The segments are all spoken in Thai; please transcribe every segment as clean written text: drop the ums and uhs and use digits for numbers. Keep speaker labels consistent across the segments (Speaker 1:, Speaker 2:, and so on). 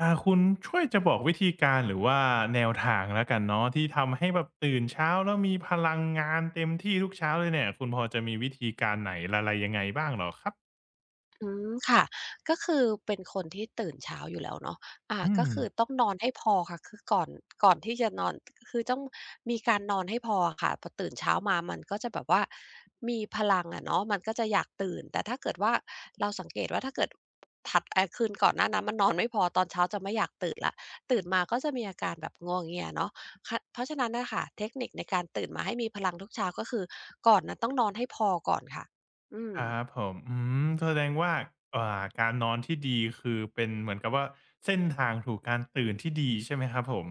Speaker 1: คุณช่วยจะบอกวิธีการหรือว่าแนวทางแล้วกันเนาะที่ทำให้แบบตื่นเช้าแล้วมีพลังงานเต็มที่ทุกเช้าเลยเนี่ยคุณพอจะมีวิธีการไหนอะไรยังไงบ้างเหรอครับ
Speaker 2: ค่ะก็คือเป็นคนที่ตื่นเช้าอยู่แล้วเนาะ
Speaker 1: อื
Speaker 2: ก็
Speaker 1: ม
Speaker 2: คือต้องนอนให้พอค่ะคือก่อนที่จะนอนคือต้องมีการนอนให้พออะค่ะพอตื่นเช้ามามันก็จะแบบว่ามีพลังอะเนาะมันก็จะอยากตื่นแต่ถ้าเกิดว่าเราสังเกตว่าถ้าเกิดถัดคืนก่อนหน้านั้นมันนอนไม่พอตอนเช้าจะไม่อยากตื่นแล้วตื่นมาก็จะมีอาการแบบงัวเงียเนาะคะเพราะฉะนั้นน่ะค่ะเทคนิคในการตื่นมาให้มีพลังทุกเช้าก็คือก่อนน่ะต้องนอนให้พอก่อนค่ะอืม
Speaker 1: ครับผมอืมแสดงว่าอ่าการนอนที่ดีคือเป็นเหมือนกับว่าเส้นทางสู่การตื่นที่ดีใช่ไหมครับผม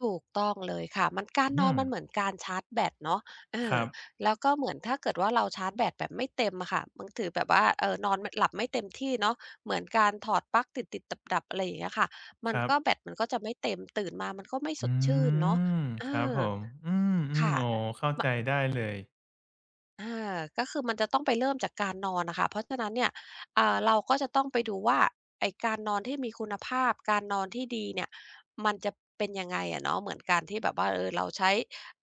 Speaker 2: ถูกต้องเลยค่ะมันการนอ
Speaker 1: อื
Speaker 2: น
Speaker 1: ม
Speaker 2: มันเหมือนการชาร์จแบตเนาะเอ
Speaker 1: ค
Speaker 2: อ
Speaker 1: รับ
Speaker 2: แล้วก็เหมือนถ้าเกิดว่าเราชาร์จแบตแบบไม่เต็มอะค่ะมันถือแบบว่าเออนอนไม่หลับไม่เต็มที่เนาะเหมือนการถอดปลั๊กติดๆดับๆอะไรอย่างเงี้ยค่ะมั
Speaker 1: ค
Speaker 2: น
Speaker 1: รับ
Speaker 2: ก็แบตมันก็จะไม่เต็มตื่นมามันก็ไม่ส
Speaker 1: อื
Speaker 2: ดชื่นเนาะ
Speaker 1: ม
Speaker 2: เอ
Speaker 1: ครับ
Speaker 2: อ
Speaker 1: ผมอืม
Speaker 2: ค่ะ
Speaker 1: ๆโอ้เข้าใจได้เลย
Speaker 2: อาก็คือมันจะต้องไปเริ่มจากการนอนน่ะค่ะเพราะฉะนั้นเนี่ยเราก็จะต้องไปดูว่าไอ้การนอนที่มีคุณภาพการนอนที่ดีเนี่ยมันจะเป็นยังไงอะเนาะเหมือนการที่แบบว่าเออเราใช้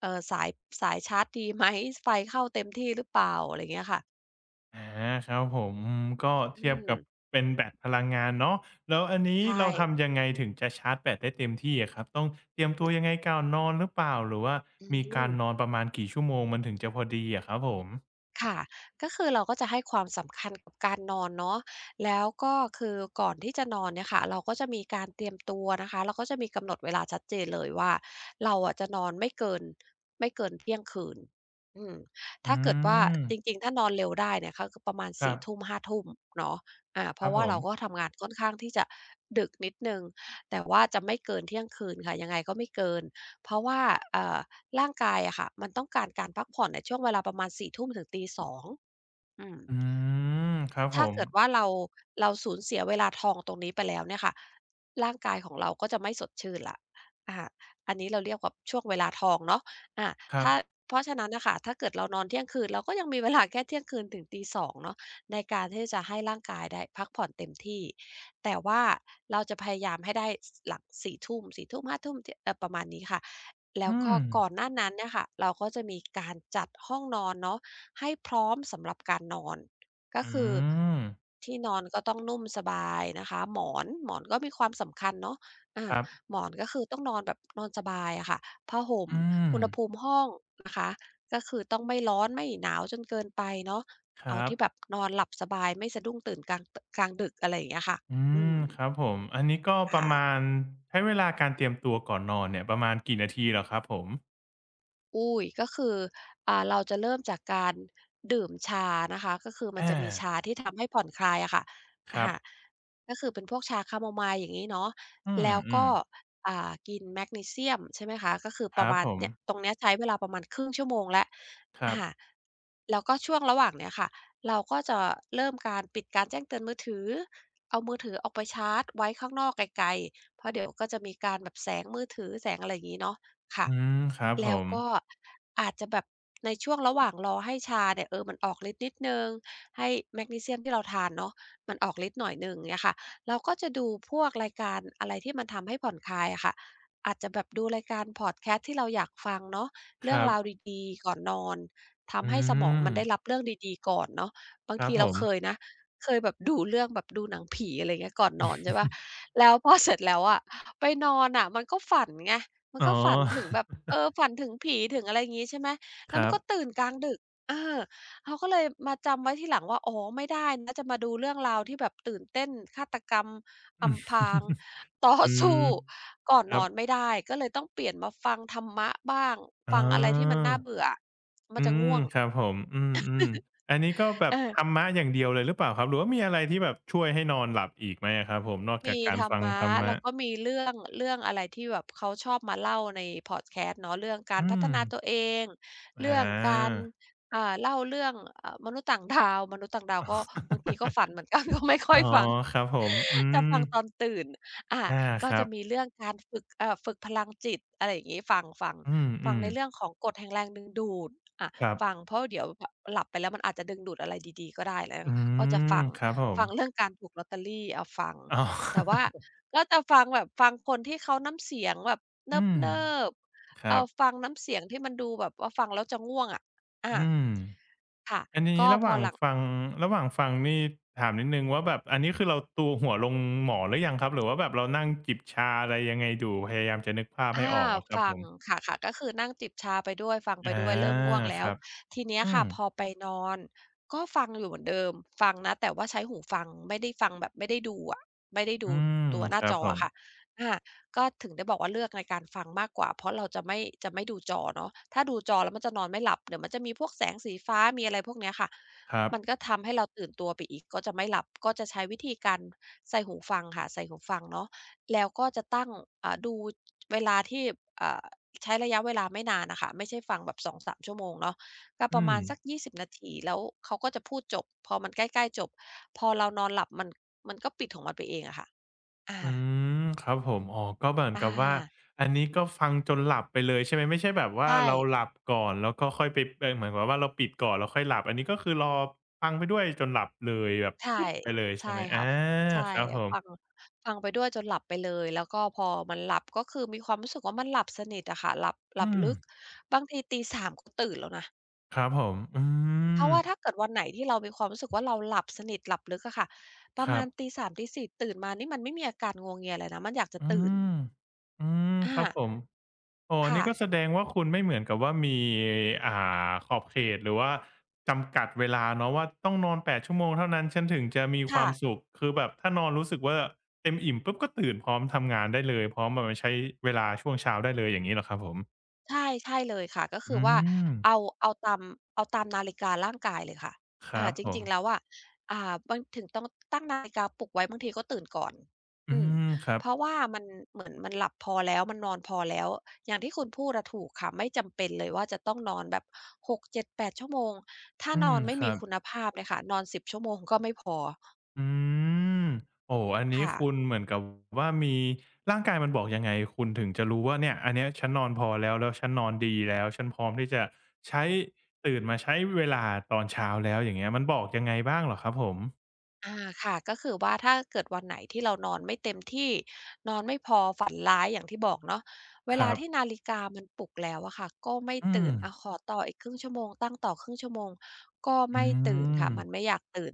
Speaker 2: เอ่อสายสายชาร์จดีไหมไฟเข้าเต็มที่หรือเปล่าอะไรอย่างเงี้ยค่ะ
Speaker 1: อาครับผมอืมก็
Speaker 2: อื
Speaker 1: เทียบ
Speaker 2: ม
Speaker 1: กับเป็นแบตพลังงานเนาะแล้วอันนี้
Speaker 2: ใช
Speaker 1: เรา
Speaker 2: ่
Speaker 1: ทำยังไงถึงจะชาร์จแบตได้เต็มที่อะครับต้องเตรียมตัวยังไงก่อนนอนหรือเปล่าหรือว่า
Speaker 2: อื
Speaker 1: มีกา
Speaker 2: ม
Speaker 1: รนอนประมาณกี่ชั่วโมงมันถึงจะพอดีอะครับผม
Speaker 2: ค่ะก็คือเราก็จะให้ความสำคัญกับการนอนเนาะแล้วก็คือก่อนที่จะนอนเนี่ยค่ะเราก็จะมีการเตรียมตัวนะคะเราก็จะมีกำหนดเวลาชัดเจนเลยว่าเราอะจะนอนไม่เกินเที่ยงคืนอืม
Speaker 1: อื
Speaker 2: ถ้าเกิดว่า
Speaker 1: ม
Speaker 2: จริงๆถ้านอนเร็วได้เนี่ยค่ะคือประมาณ
Speaker 1: ครั
Speaker 2: 4
Speaker 1: บ
Speaker 2: ทุ่ม5ทุ่มเนาะเพ
Speaker 1: ครั
Speaker 2: ราะ
Speaker 1: บผ
Speaker 2: ว่า
Speaker 1: ม
Speaker 2: เราก็ทำงานค่อนข้างที่จะดึกนิดหนึ่งแต่ว่าจะไม่เกินเที่ยงคืนค่ะยังไงก็ไม่เกินเพราะว่าเอ่อ ร่างกายอะค่ะมันต้องการการพักผ่อนในช่วงเวลาประมาณสี่ทุ่มถึงตี2 0อืม
Speaker 1: อืมครับผ
Speaker 2: ถ้า
Speaker 1: ม
Speaker 2: เกิดว่าเราสูญเสียเวลาทองตรงนี้ไปแล้วเนี่ยค่ะร่างกายของเราก็จะไม่สดชื่นแล้วอาอันนี้เราเรียกว่าช่วงเวลาทองเนาะอา
Speaker 1: ครับ
Speaker 2: ถ้าเพราะฉะนั้นน่ะค่ะถ้าเกิดเรานอนเที่ยงคืนเราก็ยังมีเวลาแค่เที่ยงคืนถึงตีสองเนาะในการที่จะให้ร่างกายได้พักผ่อนเต็มที่แต่ว่าเราจะพยายามให้ได้สหลัง22:00่2 0 0 5:00เทุ่ยเจประมาณนี้ค่ะแล้
Speaker 1: อื
Speaker 2: ว
Speaker 1: ม
Speaker 2: ก็ก่อนหน้านั้นเนี่ยค่ะเราก็จะมีการจัดห้องนอนเนาะให้พร้อมสำหรับการนอน ก็
Speaker 1: อื
Speaker 2: คือ
Speaker 1: ม
Speaker 2: ที่นอนก็ต้องนุ่มสบายนะคะหมอนก็มีความสำคัญเนาะ
Speaker 1: ค
Speaker 2: อา
Speaker 1: รับ
Speaker 2: หมอนก็คือต้องนอนแบบนอนสบายอะค่ะผ้าห่ม
Speaker 1: อืม
Speaker 2: อุณหภูมิห้องนะคะก็คือต้องไม่ร้อนไม่หนาวจนเกินไปเนาะ
Speaker 1: ค
Speaker 2: เอา
Speaker 1: รับ
Speaker 2: ที่แบบนอนหลับสบายไม่สะดุ้งตื่นกลางดึกอะไรอย่างเงี้ยค่ะ
Speaker 1: อื
Speaker 2: อื
Speaker 1: ม
Speaker 2: ม
Speaker 1: ครับผมอันนี้ก็ประ
Speaker 2: ค่ะ
Speaker 1: มาณใช้เวลาการเตรียมตัวก่อนนอนเนี่ยประมาณกี่นาทีเหรอครับผม
Speaker 2: อุ๊ยก็คือเราจะเริ่มจากการดื่มชานะคะก็คือมัน
Speaker 1: อา
Speaker 2: จะมีชาที่ทำให้ผ่อนคลายอะค่ะ
Speaker 1: ค
Speaker 2: อะ
Speaker 1: รับ
Speaker 2: ฮะก็คือเป็นพวกชาแคโมไมล์อย่างงี้เนาะ
Speaker 1: อืม
Speaker 2: แล้ว
Speaker 1: อื
Speaker 2: ก็
Speaker 1: ม
Speaker 2: กินแมกนีเซียมใช่ไหมคะก็คือ
Speaker 1: ค
Speaker 2: ประ
Speaker 1: รับ
Speaker 2: มาณ
Speaker 1: ผม
Speaker 2: เนี่ยตรงเนี้ยใช้เวลาประมาณครึ่งชั่วโมงแล้ว
Speaker 1: ครั
Speaker 2: อา
Speaker 1: บ
Speaker 2: แล้วก็ช่วงระหว่างเนี้ยค่ะเราก็จะเริ่มการปิดการแจ้งเตือนมือถือเอามือถือออกไปชาร์จไว้ข้างนอกไกลๆเพราะเดี๋ยวก็จะมีการแบบแสงมือถือแสงอะไรอย่างงี้เนาะค่ะ
Speaker 1: อืมครับผ
Speaker 2: แล้ว
Speaker 1: ม
Speaker 2: ก็อาจจะแบบในช่วงระหว่างรอให้ชาเนี่ยเออมันออกฤทธิ์นิดหนึ่งให้แมกนีเซียมที่เราทานเนาะมันออกฤทธิ์หน่อยหนึ่งเงี้ยค่ะเราก็จะดูพวกรายการอะไรที่มันทำให้ผ่อนคลายอะค่ะอาจจะแบบดูรายการพอดแคสต์ที่เราอยากฟังเนาะ
Speaker 1: ค
Speaker 2: เรื่อง
Speaker 1: รับ
Speaker 2: ราวดีๆก่อนนอน
Speaker 1: อื
Speaker 2: ทำให้สมอง
Speaker 1: ม
Speaker 2: มันได้รับเรื่องดีๆก่อนเนาะบาง
Speaker 1: ครับ
Speaker 2: ที
Speaker 1: ผ
Speaker 2: เรา
Speaker 1: ม
Speaker 2: เคยนะเคยแบบดูเรื่องแบบดูหนังผีอะไรเงี้ยก่อนนอนใช่เปล่าแล้วพอเสร็จแล้วอะไปนอนน่ะมันก็ฝันไง มัน
Speaker 1: อ๋อ
Speaker 2: ก็ฝันถึงแบบเอ อฝันถึงผีถึงอะไรอย่างงี้ใช่ไหมแล้
Speaker 1: ค
Speaker 2: วมั
Speaker 1: รั
Speaker 2: น
Speaker 1: บ
Speaker 2: ก็ตื่นกลางดึกเออเขาก็เลยมาจำไว้ทีหลังว่าอ๋อไม่ได้นะจะมาดูเรื่องราวที่แบบตื่นเต้นฆาตกรรม
Speaker 1: อืม
Speaker 2: อำพราง ต่อ
Speaker 1: อื
Speaker 2: สู้
Speaker 1: ม
Speaker 2: ก่อน
Speaker 1: ค
Speaker 2: น
Speaker 1: รั
Speaker 2: อนไม่
Speaker 1: บ
Speaker 2: ได้ก็เลยต้องเปลี่ยนมาฟังธรรมะบ้าง
Speaker 1: อ๋อ
Speaker 2: ฟังอะไรที่มันน่าเบื่อมัน
Speaker 1: อื
Speaker 2: จะ
Speaker 1: ม
Speaker 2: ง่วง
Speaker 1: ครับผม อืมอืมอันนี้ก็แบ
Speaker 2: เอ
Speaker 1: บ
Speaker 2: อ
Speaker 1: ธรรมะอย่างเดียวเลยหรือเปล่าครับหรือว่ามีอะไรที่แบบช่วยให้นอนหลับอีกไหมอะครับผมนอกจาก
Speaker 2: มี
Speaker 1: การ
Speaker 2: ธรร
Speaker 1: ฟัง
Speaker 2: มะ
Speaker 1: ธรรมะ
Speaker 2: แล้วก็มีเรื่องอะไรที่แบบเขาชอบมาเล่าในพอดแคสต์เนาะเรื่องการ
Speaker 1: อื
Speaker 2: พัฒ
Speaker 1: ม
Speaker 2: นาตัวเอง
Speaker 1: อ
Speaker 2: เรื่องกา
Speaker 1: า
Speaker 2: รเล่าเรื่องมนุษย์ต่างดาวมนุษย์ต่างดาวก็บางทีก็ฝั นเหมือนกัน ก็ไม่ค่อ
Speaker 1: อ๋อ
Speaker 2: ยฟัง
Speaker 1: ครับผมอื
Speaker 2: จะ
Speaker 1: ม
Speaker 2: ฟังตอนตื่นอ่า
Speaker 1: อา
Speaker 2: ก็
Speaker 1: ครั
Speaker 2: จะ
Speaker 1: บ
Speaker 2: มีเรื่องการฝึกฝึกพลังจิตอะไรอย่างงี้ฟัง
Speaker 1: อืมอื
Speaker 2: ฟัง
Speaker 1: ม
Speaker 2: ในเรื่องของกฎแห่งแรงดึงดูดอะ
Speaker 1: ครับ
Speaker 2: ฟังเพราะเดี๋ยวพหลับไปแล้วมันอาจจะดึงดูดอะไรดีๆก็ได้แล้ว
Speaker 1: อื
Speaker 2: ก็จะ
Speaker 1: ม
Speaker 2: ฟัง
Speaker 1: ครับผม
Speaker 2: ฟังเรื่องการถูกลอตเตอรี่อะฟัง
Speaker 1: อ้าว
Speaker 2: แต่ว่าก็จะฟังแบบฟังคนที่เขาน้ำเสียงแบบเ
Speaker 1: อืม
Speaker 2: นิบ
Speaker 1: ค
Speaker 2: ๆ
Speaker 1: รับ
Speaker 2: ฟังน้ำเสียงที่มันดูแบบว่าฟังแล้วจะง่วงอะอา
Speaker 1: อืม
Speaker 2: ค่ะ
Speaker 1: อันนี้
Speaker 2: ก็
Speaker 1: ระ
Speaker 2: พ
Speaker 1: ห
Speaker 2: อ
Speaker 1: ว่าง
Speaker 2: หลัง
Speaker 1: ฟังระหว่างฟังนี่ถามนิดนึงว่าแบบอันนี้คือเราตัวหัวลงหมอนหรือยังครับหรือว่าแบบเรานั่งจิบชาอะไรยังไงดูพยายามจะนึกภาพให้
Speaker 2: อา
Speaker 1: ออกอะครับ
Speaker 2: ฟั
Speaker 1: ผ
Speaker 2: ง
Speaker 1: ม
Speaker 2: ค่ะๆก็คือนั่งจิบชาไปด้วยฟังไป
Speaker 1: อา
Speaker 2: ด้วยเริ่มง่วงแล้
Speaker 1: ค
Speaker 2: ว
Speaker 1: รับ
Speaker 2: ทีเนี้ย
Speaker 1: อื
Speaker 2: ค่ะ
Speaker 1: ม
Speaker 2: พอไปนอนก็ฟังอยู่เหมือนเดิมฟังนะแต่ว่าใช้หูฟังไม่ได้ฟังแบบไม่ได้ดูอะไม่ได้
Speaker 1: อื
Speaker 2: ดู
Speaker 1: ม
Speaker 2: ตัวห
Speaker 1: ค
Speaker 2: น้า
Speaker 1: รั
Speaker 2: จ
Speaker 1: บ
Speaker 2: อ
Speaker 1: ผม
Speaker 2: อะค่ะอาก็ถึงได้บอกว่าเลือกในการฟังมากกว่าเพราะเราจะไม่จะไม่ดูจอเนาะถ้าดูจอแล้วมันจะนอนไม่หลับเดี๋ยวมันจะมีพวกแสงสีฟ้ามีอะไรพวกเนี้ยค่ะ
Speaker 1: ครับ
Speaker 2: มันก็ทำให้เราตื่นตัวไปอีกก็จะไม่หลับก็จะใช้วิธีการใส่หูฟังค่ะใส่หูฟังเนาะ แล้วก็จะตั้งดูเวลาที่อ่าใช้ระยะเวลาไม่นานน่ะค่ะไม่ใช่ฟังแบบ2-3 ชั่วโมงชั่วโมงเนาะก็ป
Speaker 1: อื
Speaker 2: ระมา
Speaker 1: ม
Speaker 2: ณสัก20นาทีแล้วเขาก็จะพูดจบพอมันใกล้ๆจบพอเรานอนหลับมันก็ปิดของมันไปเองอะค่ะอา
Speaker 1: อืมครับผมอ๋อก็เหมือน
Speaker 2: อา
Speaker 1: กับว่าอันนี้ก็ฟังจนหลับไปเลยใช่ไหมไม่ใช่แบบว่า
Speaker 2: ใช่
Speaker 1: เราหลับก่อนแล้วก็ค่อยไปเออเหมือนกับว่าเราปิดก่อนแล้วค่อยหลับอันนี้ก็คือรอฟังไปด้วยจนหลับเลยแบบ
Speaker 2: ใช่
Speaker 1: ปุ๊บไปเลยใช่
Speaker 2: ใช่
Speaker 1: ไหมอา
Speaker 2: ค่ะฟใช่
Speaker 1: ครับผม
Speaker 2: ฟังฟังไปด้วยจนหลับไปเลยแล้วก็พอมันหลับก็คือมีความรู้สึกว่ามันหลับสนิทอะค่ะหลับ
Speaker 1: อืม
Speaker 2: ลึกบางทีตี3ก็ตื่นแล้วนะ
Speaker 1: ครับผมอื
Speaker 2: เพ
Speaker 1: ม
Speaker 2: ราะว่าถ้าเกิดวันไหนที่เรามีความรู้สึกว่าเราหลับสนิทหลับลึกอะค่ะประ
Speaker 1: ครั
Speaker 2: มาณตี
Speaker 1: บ
Speaker 2: 3ตี4ตื่นมานี่มันไม่มีอาการงัวเงียอะไรนะมันอยากจะ
Speaker 1: อื
Speaker 2: ตื่น
Speaker 1: มอืมครับ
Speaker 2: อา
Speaker 1: ผม อ๋อ
Speaker 2: ค่ะ
Speaker 1: นี่ก็แสดงว่าคุณไม่เหมือนกับว่ามีอ่าขอบเขตหรือว่าจำกัดเวลาเนาะว่าต้องนอน8ชั่วโมงเท่านั้นฉันถึงจะมีควา
Speaker 2: ค่ะ
Speaker 1: มสุขคือแบบถ้านอนรู้สึกว่าเต็มอิ่มปุ๊บก็ตื่นพร้อมทำงานได้เลยพร้อมแบบมาใช้เวลาช่วงเช้าได้เลยอย่างงี้เหรอครับผม
Speaker 2: ใช่ใช่เลยค่ะก็คือ
Speaker 1: อื
Speaker 2: ว่า
Speaker 1: ม
Speaker 2: เอาเอาตามเอาตามนาฬิการ่างกายเลยค่ะ
Speaker 1: ค
Speaker 2: อ่า
Speaker 1: รับ
Speaker 2: จ
Speaker 1: ผ
Speaker 2: ริ
Speaker 1: ม
Speaker 2: งๆแล้วอะอ่าบางถึงต้องตั้งนาฬิกาปลุกไว้บางทีก็ตื่นก่อน
Speaker 1: อื
Speaker 2: อืม
Speaker 1: มครับ
Speaker 2: เพราะว่ามันเหมือนมันหลับพอแล้วมันนอนพอแล้วอย่างที่คุณพูดอะถูกค่ะไม่จำเป็นเลยว่าจะต้องนอนแบบ6 7 8ชั่วโมงถ้า
Speaker 1: อื
Speaker 2: น
Speaker 1: ม
Speaker 2: อนไม่
Speaker 1: ครั
Speaker 2: มี
Speaker 1: บ
Speaker 2: คุณภาพเนี่ยค่ะนอน10ชั่วโมงก็ไม่พอ
Speaker 1: อืมโอ้โอันนี้
Speaker 2: ค่ะ
Speaker 1: คุณเหมือนกับว่ามีร่างกายมันบอกยังไงคุณถึงจะรู้ว่าเนี่ยอันเนี้ยฉันนอนพอแล้วแล้วฉันนอนดีแล้วฉันพร้อมที่จะใช้ตื่นมาใช้เวลาตอนเช้าแล้วอย่างเงี้ยมันบอกยังไงบ้างเหรอครับผม
Speaker 2: อาค่ะก็คือว่าถ้าเกิดวันไหนที่เรานอนไม่เต็มที่นอนไม่พอฝันร้ายอย่างที่บอกเนาะเว
Speaker 1: ค
Speaker 2: ลา
Speaker 1: รั
Speaker 2: ที่
Speaker 1: บ
Speaker 2: นาฬิกามันปลุกแล้วอะค่ะก็ไม่
Speaker 1: อื
Speaker 2: ตื่
Speaker 1: ม
Speaker 2: นอะขอต่ออีกครึ่งชั่วโมงตั้งต่อครึ่งชั่วโมงก็
Speaker 1: อื
Speaker 2: ไม่ตื่น
Speaker 1: ม
Speaker 2: ค่ะมันไม่อยากตื่น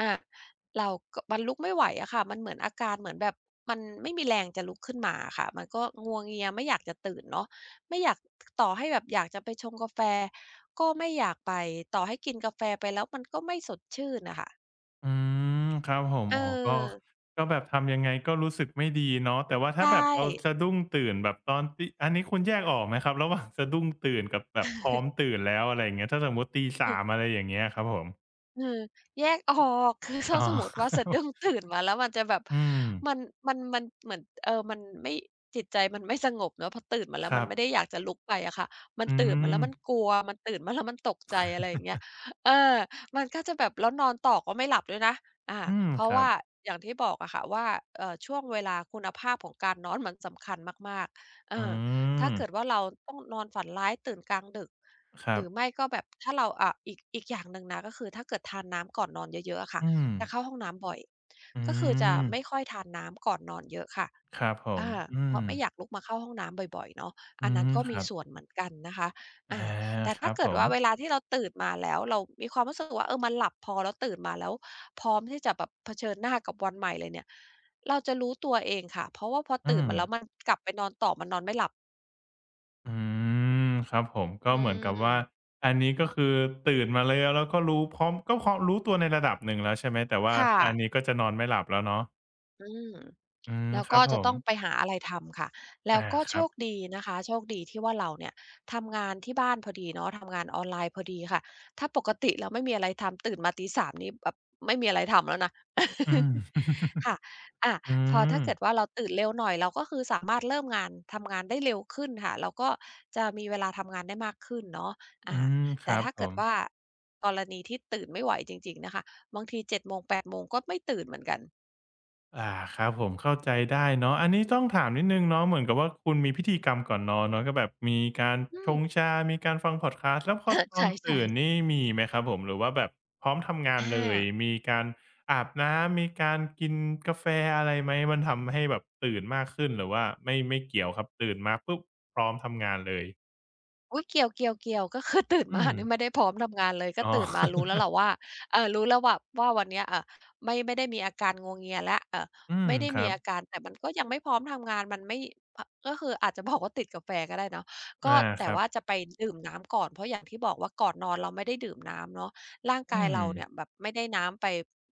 Speaker 2: อาเราก็มันลุกไม่ไหวอะค่ะมันเหมือนอาการเหมือนแบบมันไม่มีแรงจะลุกขึ้นมาค่ะมันก็งัวเงียไม่อยากจะตื่นเนาะไม่อยากต่อให้แบบอยากจะไปชงกาแฟก็ไม่อยากไปต่อให้กินกาแฟไปแล้วมันก็ไม่สดชื่นนะคะ
Speaker 1: อืมครับผม
Speaker 2: เอ
Speaker 1: อ๋อก็
Speaker 2: อ
Speaker 1: ก็แบบทำยังไงก็รู้สึกไม่ดีเนาะแต่ว่า
Speaker 2: ใช
Speaker 1: ถ้าแบบเรา
Speaker 2: ่
Speaker 1: สะดุ้งตื่นแบบตอนตีอันนี้คุณแยกออกไหมครับระหว่างสะดุ้งตื่นกับแบบพร้อมตื่นแล้วอะไรอย่างเงี้ยถ้าสมมุติตีสา
Speaker 2: เออ
Speaker 1: มอะไรอย่างเงี้ยครับผม
Speaker 2: เออแยกออกคือ
Speaker 1: อ๋
Speaker 2: ถ้า
Speaker 1: อ
Speaker 2: สมมุติว่าสะดุ้งตื่นมาแล้วมันจะแบบ
Speaker 1: อืม
Speaker 2: มันมันเหมือนเออมันไม่จิตใจมันไม่สงบเนาะพอตื่นมาแล้ว
Speaker 1: ค
Speaker 2: มั
Speaker 1: รั
Speaker 2: น
Speaker 1: บ
Speaker 2: ไม่ได้อยากจะลุกไปอะค่ะมัน
Speaker 1: อื
Speaker 2: ตื่นมาแล้
Speaker 1: ม
Speaker 2: วมันกลัวมันตื่นมาแล้วมันตกใจอะไรอย่างเงี้ยเออมันก็จะแบบแล้วนอนต่อก็ไม่หลับด้วยนะอา
Speaker 1: อืม
Speaker 2: เพ
Speaker 1: ค
Speaker 2: ราะ
Speaker 1: รับ
Speaker 2: ว่าอย่างที่บอกอะค่ะว่าช่วงเวลาคุณภาพของการนอนมันสำคัญมากๆเอ
Speaker 1: อื
Speaker 2: อถ้า
Speaker 1: ม
Speaker 2: เกิดว่าเราต้องนอนฝันร้ายตื่นกลางดึก
Speaker 1: ครั
Speaker 2: หรือไม่
Speaker 1: บ
Speaker 2: ก็แบบถ้าเราอ่าอีกอย่างหนึ่งนะก็คือถ้าเกิดทานน้ำก่อนนอนเยอะๆอะค่ะ
Speaker 1: อืม
Speaker 2: จะเข้าห้องน้ำบ่อย
Speaker 1: อื
Speaker 2: ก็คือจะไม่
Speaker 1: ม
Speaker 2: ค่อยทานน้ำก่อนนอนเยอะค่ะ
Speaker 1: ครับผม
Speaker 2: อา
Speaker 1: อื
Speaker 2: เพ
Speaker 1: ม
Speaker 2: ราะไม่อยากลุกมาเข้าห้องน้ำบ่อยๆเนาะ
Speaker 1: อื
Speaker 2: อันนั้น
Speaker 1: ม
Speaker 2: ก็
Speaker 1: ค
Speaker 2: มี
Speaker 1: รับ
Speaker 2: ส่วนเหมือนกันนะคะอ่า
Speaker 1: อา
Speaker 2: แต่
Speaker 1: ค
Speaker 2: ถ้า
Speaker 1: รับ
Speaker 2: เกิ
Speaker 1: ผ
Speaker 2: ด
Speaker 1: ม
Speaker 2: ว่าเวลาที่เราตื่นมาแล้วเรามีความรู้สึกว่าเออมันหลับพอแล้วตื่นมาแล้วพร้อมที่จะแบบเผชิญหน้ากับวันใหม่เลยเนี่ยเราจะรู้ตัวเองค่ะเพราะว่าพอ
Speaker 1: อื
Speaker 2: ตื่น
Speaker 1: ม
Speaker 2: มาแล้วมันกลับไปนอนต่อมันนอนไม่หลับ
Speaker 1: อืมครับผมก็
Speaker 2: อื
Speaker 1: เหมือนกับว่า
Speaker 2: ม
Speaker 1: อันนี้ก็คือตื่นมาแล้วแล้วก็รู้พร้อมก็พอรู้ตัวในระดับหนึ่งแล้วใช่ไหมแต่ว่า
Speaker 2: ค่ะ
Speaker 1: ถ้าอันนี้ก็จะนอนไม่หลับแล้วเนาะ
Speaker 2: อืม
Speaker 1: อืม
Speaker 2: แล้ว
Speaker 1: ครั
Speaker 2: ก็
Speaker 1: บผ
Speaker 2: จะ
Speaker 1: ม
Speaker 2: ต้องไปหาอะไรทำค่ะ แล้ว
Speaker 1: อา
Speaker 2: ก็
Speaker 1: ค
Speaker 2: โช
Speaker 1: รับ
Speaker 2: คดีนะคะโชคดีที่ว่าเราเนี่ยทำงานที่บ้านพอดีเนาะทำงานออนไลน์พอดีค่ะ ถ้าปกติเราไม่มีอะไรทำตื่นมาตี3นี่แบบไม่มีอะไรทำแล้วนะ
Speaker 1: อืม
Speaker 2: ค่ะอา
Speaker 1: อื
Speaker 2: พอ
Speaker 1: ม
Speaker 2: ถ้าเกิดว่าเราตื่นเร็วหน่อยเราก็คือสามารถเริ่มงานทำงานได้เร็วขึ้นค่ะเราก็จะมีเวลาทำงานได้มากขึ้นเนาะ
Speaker 1: อื
Speaker 2: อา
Speaker 1: มค
Speaker 2: แต่
Speaker 1: รับ
Speaker 2: ถ้า
Speaker 1: ผ
Speaker 2: เกิด
Speaker 1: ม
Speaker 2: ว่ากรณีที่ตื่นไม่ไหวจริงๆนะคะบางที7 โมง 8 โมงก็ไม่ตื่นเหมือนกัน
Speaker 1: อ่าครับผมเข้าใจได้เนาะอันนี้ต้องถามนิดหนึ่งเนาะเหมือนกับว่าคุณมีพิธีกรรมก่อนนอนเนาะก็แบบมีการ
Speaker 2: อื
Speaker 1: ช
Speaker 2: ม
Speaker 1: งชามีการฟังพอดคาสต์แล้วพอต อน
Speaker 2: ใช่ใช่
Speaker 1: ตื่นนี่มีไหมครับผมหรือว่าแบบพร้อมทำงานเลย
Speaker 2: อา
Speaker 1: มีการอาบน้ำมีการกินกาแฟอะไรไหมมันทำให้แบบตื่นมากขึ้นหรือว่าไม่ไม่เกี่ยวครับตื่นมาปุ๊บพร้อมทำงานเลย
Speaker 2: อุ๊ยเกี่ยวเกียวเกยวก็คือ ตื่น
Speaker 1: อื
Speaker 2: มา
Speaker 1: ม
Speaker 2: เนี่ยไม่ได้พร้อมทำงานเลยก็
Speaker 1: อ๋อ
Speaker 2: ตื่นมารู้แล้ว แหละว่ารู้แล้วว่าวันเนี้ยไม่ได้มีอาการงัวเงียแล้ว
Speaker 1: อืม
Speaker 2: ไม่ได้
Speaker 1: ครั
Speaker 2: มี
Speaker 1: บ
Speaker 2: อาการแต่มันก็ยังไม่พร้อมทำงานมันไม่พก็คืออาจจะบอกว่าติดกาแฟก็ได้เนาะก็
Speaker 1: อาค
Speaker 2: แต่
Speaker 1: รั
Speaker 2: ว่าจะ
Speaker 1: บ
Speaker 2: ไปดื่มน้ำก่อนเพราะอย่างที่บอกว่าก่อนนอนเราไม่ได้ดื่มน้ำเนาะร่างกา
Speaker 1: อื
Speaker 2: ย
Speaker 1: ม
Speaker 2: เราเนี่ยแบบไม่ได้น้ำไป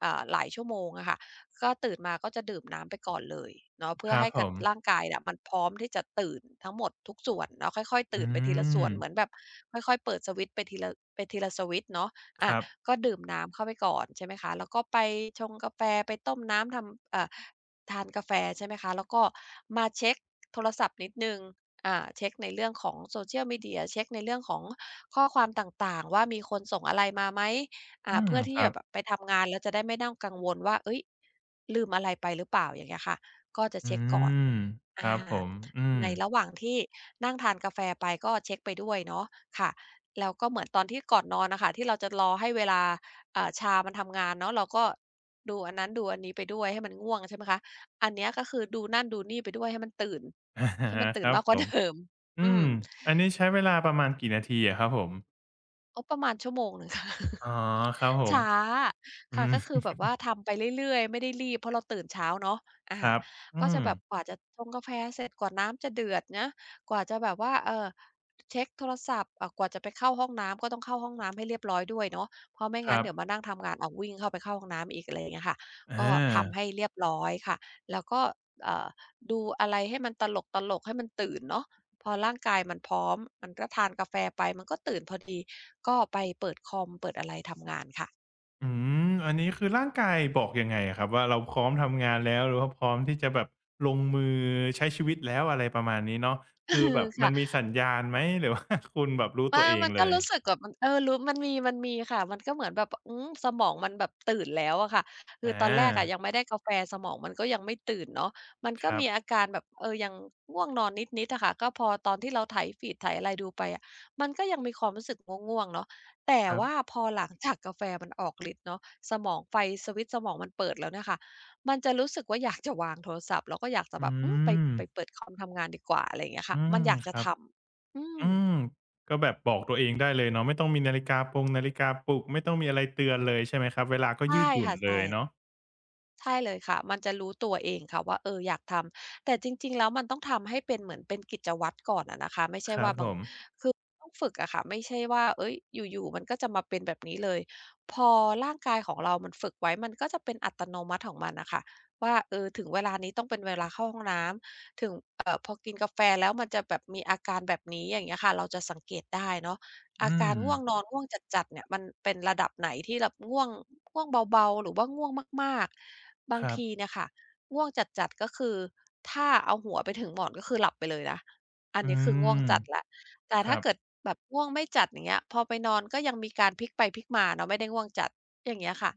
Speaker 2: หลายชั่วโมงอะค่ะ ก็ตื่นมาก็จะดื่มน้ำไปก่อนเลยเนาะเพื่
Speaker 1: ค
Speaker 2: อ
Speaker 1: รับ
Speaker 2: ให้
Speaker 1: ผ
Speaker 2: กับ
Speaker 1: ม
Speaker 2: ร่างกายน่ะมันพร้อมที่จะตื่นทั้งหมดทุกส่วนเนาะค่อยๆ
Speaker 1: อื
Speaker 2: ตื่นไปทีละส่ว
Speaker 1: ม
Speaker 2: นเหมือนแบบค่อยๆเปิดสวิตช์ไปทีละสวิตช์เนาะ
Speaker 1: ค
Speaker 2: อา
Speaker 1: รับ
Speaker 2: ก็ดื่มน้ำเข้าไปก่อนใช่ไหมคะแล้วก็ไปชงกาแฟไปต้มน้ำทำทานกาแฟใช่ไหมคะแล้วก็มาเช็กโทรศัพท์นิดหนึ่งเช็กในเรื่องของ social media เช็กในเรื่องของข้อความต่างๆว่ามีคนส่งอะไรมาไหม
Speaker 1: อืม
Speaker 2: เพื่อ
Speaker 1: ค
Speaker 2: ที่
Speaker 1: รั
Speaker 2: จะ
Speaker 1: บ
Speaker 2: แบบไปทำงานแล้วจะได้ไม่ต้องกังวลว่าเอ้ยลืมอะไรไปหรือเปล่าอย่างเงี้ยค่ะก็จะ
Speaker 1: อื
Speaker 2: เช็กก่อน
Speaker 1: มค
Speaker 2: อา
Speaker 1: รับผมอืม
Speaker 2: ในระหว่างที่นั่งทานกาแฟไปก็เช็กไปด้วยเนาะค่ะแล้วก็เหมือนตอนที่ก่อนนอนน่ะค่ะที่เราจะรอให้เวลาชามันทำงานเนาะเราก็ดูอันนั้นดูอันนี้ไปด้วยให้มันง่วงใช่ไหมคะอันเนี้ยก็คือดูนั่นดูนี่ไปด้วยให้มันตื่น
Speaker 1: อฮครับ
Speaker 2: มากก
Speaker 1: ผ
Speaker 2: ว่า
Speaker 1: ม
Speaker 2: เดิม
Speaker 1: อื
Speaker 2: อือ
Speaker 1: ม
Speaker 2: มม
Speaker 1: อันนี้ใช้เวลาประมาณกี่นาทีอะครับผม
Speaker 2: ก็ประมาณ1 ชั่วโมงค่ะ
Speaker 1: อ๋อครับผม
Speaker 2: ช้า
Speaker 1: อื
Speaker 2: ค่ะ
Speaker 1: ม
Speaker 2: ก็คือแบบว่าทำไปเรื่อยๆไม่ได้รีบเพราะเราตื่นเช้าเนาะอา
Speaker 1: ครับ
Speaker 2: ก็
Speaker 1: อื
Speaker 2: จะ
Speaker 1: ม
Speaker 2: แบบกว่าจะชงกาแฟเสร็จกว่าน้ำจะเดือดนะกว่าจะแบบว่าเช็กโทรศัพท์กว่าจะไปเข้าห้องน้ำก็ต้องเข้าห้องน้ำให้เรียบร้อยด้วยเนาะเพราะไม่
Speaker 1: ค
Speaker 2: งั้น
Speaker 1: รับ
Speaker 2: เดี๋ยวมานั่งทำงานอ้าววิ่งเข้าไปเข้าห้องน้ำอีกอะไรอย่างเงี้ยค่ะ
Speaker 1: อ
Speaker 2: ก็ทำ
Speaker 1: า
Speaker 2: ให้เรียบร้อยค่ะแล้วก็เอ่อดูอะไรให้มันตลกๆให้มันตื่นเนาะพอร่างกายมันพร้อมมันก็ทานกาแฟไปมันก็ตื่นพอดีก็ไปเปิดคอมเปิดอะไรทำงานค่ะ
Speaker 1: อืมอันนี้คือร่างกายบอกยังไงอะครับว่าเราพร้อมทำงานแล้วหรือว่าพร้อมที่จะแบบลงมือใช้ชีวิตแล้วอะไรประมาณนี้เนาะ
Speaker 2: เอ
Speaker 1: คือแบ
Speaker 2: อ
Speaker 1: บมั
Speaker 2: ค่ะ
Speaker 1: นมีสัญญาณไหมหรือว่า คุณแบบรู้ตั
Speaker 2: อา
Speaker 1: วเอง
Speaker 2: มันก็
Speaker 1: เลย
Speaker 2: รู้สึกแบบมันเออมันมีค่ะมันก็เหมือนแบบอืมสมองมันแบบตื่นแล้วอะค่ะคื
Speaker 1: อ
Speaker 2: อตอนแรกอะ
Speaker 1: า
Speaker 2: ยังไม่ได้กาแฟสมองมันก็ยังไม่ตื่นเนาะมัน
Speaker 1: ค
Speaker 2: ก็
Speaker 1: รั
Speaker 2: มีอา
Speaker 1: บ
Speaker 2: การแบบเออยังง่วงนอนนิดๆอะค่ะก็พอตอนที่เราไถฟีดไถอะไรดูไปอะมันก็ยังมีความรู้สึกง่วงๆเนาะแต่
Speaker 1: ครับ
Speaker 2: ว่าพอหลังจากกาแฟมันออกฤทธิ์เนาะสมองไฟสวิตช์สมองมันเปิดแล้วเนี่ยค่ะมันจะรู้สึกว่าอยากจะวางโทรศัพท์แล้วก็อยากจะ
Speaker 1: อื
Speaker 2: แบบอืม
Speaker 1: ม
Speaker 2: ไปเปิดคอมทำงานดีกว่าอะไรอย่างเงี้ย
Speaker 1: อื
Speaker 2: ค่ะมั
Speaker 1: ม
Speaker 2: นอยาก
Speaker 1: ค
Speaker 2: จะ
Speaker 1: รั
Speaker 2: ท
Speaker 1: บ
Speaker 2: ำอืม
Speaker 1: อืมก็แบบบอกตัวเองได้เลยเนาะไม่ต้องมีนาฬิกาปงนาฬิกาปลุกไม่ต้องมีอะไรเตือนเลยใช่ไหมครับเวลาก็
Speaker 2: ใช่
Speaker 1: ยืดหยุ่น
Speaker 2: ค่ะ
Speaker 1: เล
Speaker 2: ใช่
Speaker 1: ยเนาะ
Speaker 2: ใช่เลยค่ะมันจะรู้ตัวเองค่ะว่าเอออยากทำแต่จริงๆแล้วมันต้องทำให้เป็นเหมือนเป็นกิจวัตรก่อนอะนะคะไม่ใช่
Speaker 1: ครั
Speaker 2: ว่า
Speaker 1: บผ
Speaker 2: บาง
Speaker 1: ม
Speaker 2: คือต้องฝึกอะค่ะไม่ใช่ว่าเฮ้ยอยู่ๆมันก็จะมาเป็นแบบนี้เลยพอร่างกายของเรามันฝึกไว้มันก็จะเป็นอัตโนมัติของมันน่ะค่ะว่าเออถึงเวลานี้ต้องเป็นเวลาเข้าห้องน้ำถึงพอกินกาแฟแล้วมันจะแบบมีอาการแบบนี้อย่างเงี้ยค่ะเราจะสังเกตได้เนาะ อา
Speaker 1: อืม
Speaker 2: การง่วงนอนง่วงจัดๆเนี่ยมันเป็นระดับไหนที่แบบง่วงง่วงเบาๆหรือว่าง่วงมากๆบา
Speaker 1: ค
Speaker 2: ง
Speaker 1: รั
Speaker 2: ที
Speaker 1: บ
Speaker 2: เนี่ยค่ะง่วงจัดๆก็คือถ้าเอาหัวไปถึงหมอนก็คือหลับไปเลยนะอัน
Speaker 1: อื
Speaker 2: นี้คือง่วง
Speaker 1: ม
Speaker 2: จัดแล้วแต่
Speaker 1: ค
Speaker 2: ถ้า
Speaker 1: รั
Speaker 2: เกิด
Speaker 1: บ
Speaker 2: แบบง่วงไม่จัดอย่างเงี้ยพอไปนอนก็ยังมีการพลิกไปพลิกมาเนาะไม่ได้ง่วงจัดอย่างเงี้ยค่ะ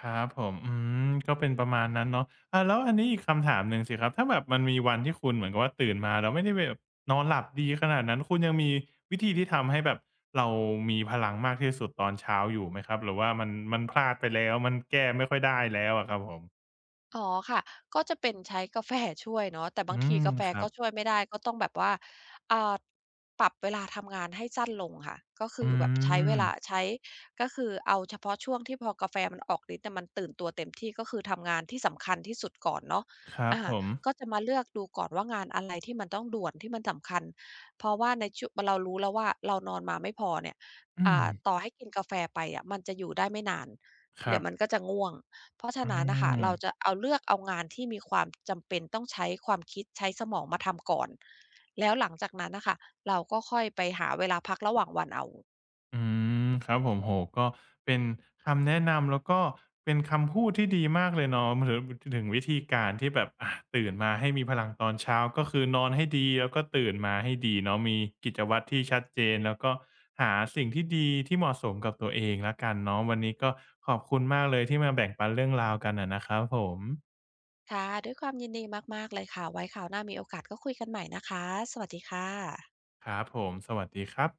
Speaker 1: ครับผมอืมก็เป็นประมาณนั้นเนาะอาแล้วอันนี้อีกคำถามหนึ่งสิครับถ้าแบบมันมีวันที่คุณเหมือนกับว่าตื่นมาแล้วไม่ได้แบบนอนหลับดีขนาดนั้นคุณยังมีวิธีที่ทำให้แบบเรามีพลังมากที่สุดตอนเช้าอยู่ไหมครับหรือว่ามันมันพลาดไปแล้วมันแก้ไม่ค่อยได้แล้วอะครับผม
Speaker 2: อ๋อค่ะก็จะเป็นใช้กาแฟช่วยเนาะแต่
Speaker 1: อื
Speaker 2: บางที
Speaker 1: ม
Speaker 2: กาแฟ
Speaker 1: ครั
Speaker 2: ก็
Speaker 1: บ
Speaker 2: ช่วยไม่ได้ก็ต้องแบบว่าอ่าปรับเวลาทำงานให้สั้นลงค่ะก็คือ
Speaker 1: อื
Speaker 2: แบบใช้เว
Speaker 1: ม
Speaker 2: ลาใช้ก็คือเอาเฉพาะช่วงที่พอกาแฟมันออกฤทธิ์เน่ยมันตื่นตัวเต็มที่ก็คือทำงานที่สำคัญที่สุดก่อนเนาะ
Speaker 1: ครับ
Speaker 2: อา
Speaker 1: ผม
Speaker 2: ก็จะมาเลือกดูก่อนว่างานอะไรที่มันต้องด่วนที่มันสำคัญเพราะว่าในช่วงเรารู้แล้วว่าเรานอนมาไม่พอเนี่ย
Speaker 1: อืม
Speaker 2: ต่อให้กินกาแฟไปอะมันจะอยู่ได้ไม่นาน
Speaker 1: ครั
Speaker 2: เดี๋ยวมัน
Speaker 1: บ
Speaker 2: ก็จะง่วง เพราะฉะ
Speaker 1: อื
Speaker 2: นั้นน่ะค่ะ
Speaker 1: ม
Speaker 2: เราจะเอาเลือกเอางานที่มีความจำเป็นต้องใช้ความคิดใช้สมองมาทำก่อนแล้วหลังจากนั้นน่ะค่ะเราก็ค่อยไปหาเวลาพักระหว่างวันเอา
Speaker 1: อืมครับผมโอ้โฮก็เป็นคำแนะนำแล้วก็เป็นคำพูดที่ดีมากเลยเนาะถึงถึงวิธีการที่แบบอาตื่นมาให้มีพลังตอนเช้าก็คือนอนให้ดีแล้วก็ตื่นมาให้ดีเนาะมีกิจวัตรที่ชัดเจนแล้วก็หาสิ่งที่ดีที่เหมาะสมกับตัวเองแล้วกันเนาะวันนี้ก็ขอบคุณมากเลยที่มาแบ่งปันเรื่องราวกันอะนะครับผม
Speaker 2: ค่ะด้วยความยินดีมากๆเลยค่ะไว้คราวหน้ามีโอกาสก็คุยกันใหม่นะคะสวัสดีค่ะ
Speaker 1: ครับผมสวัสดีครับ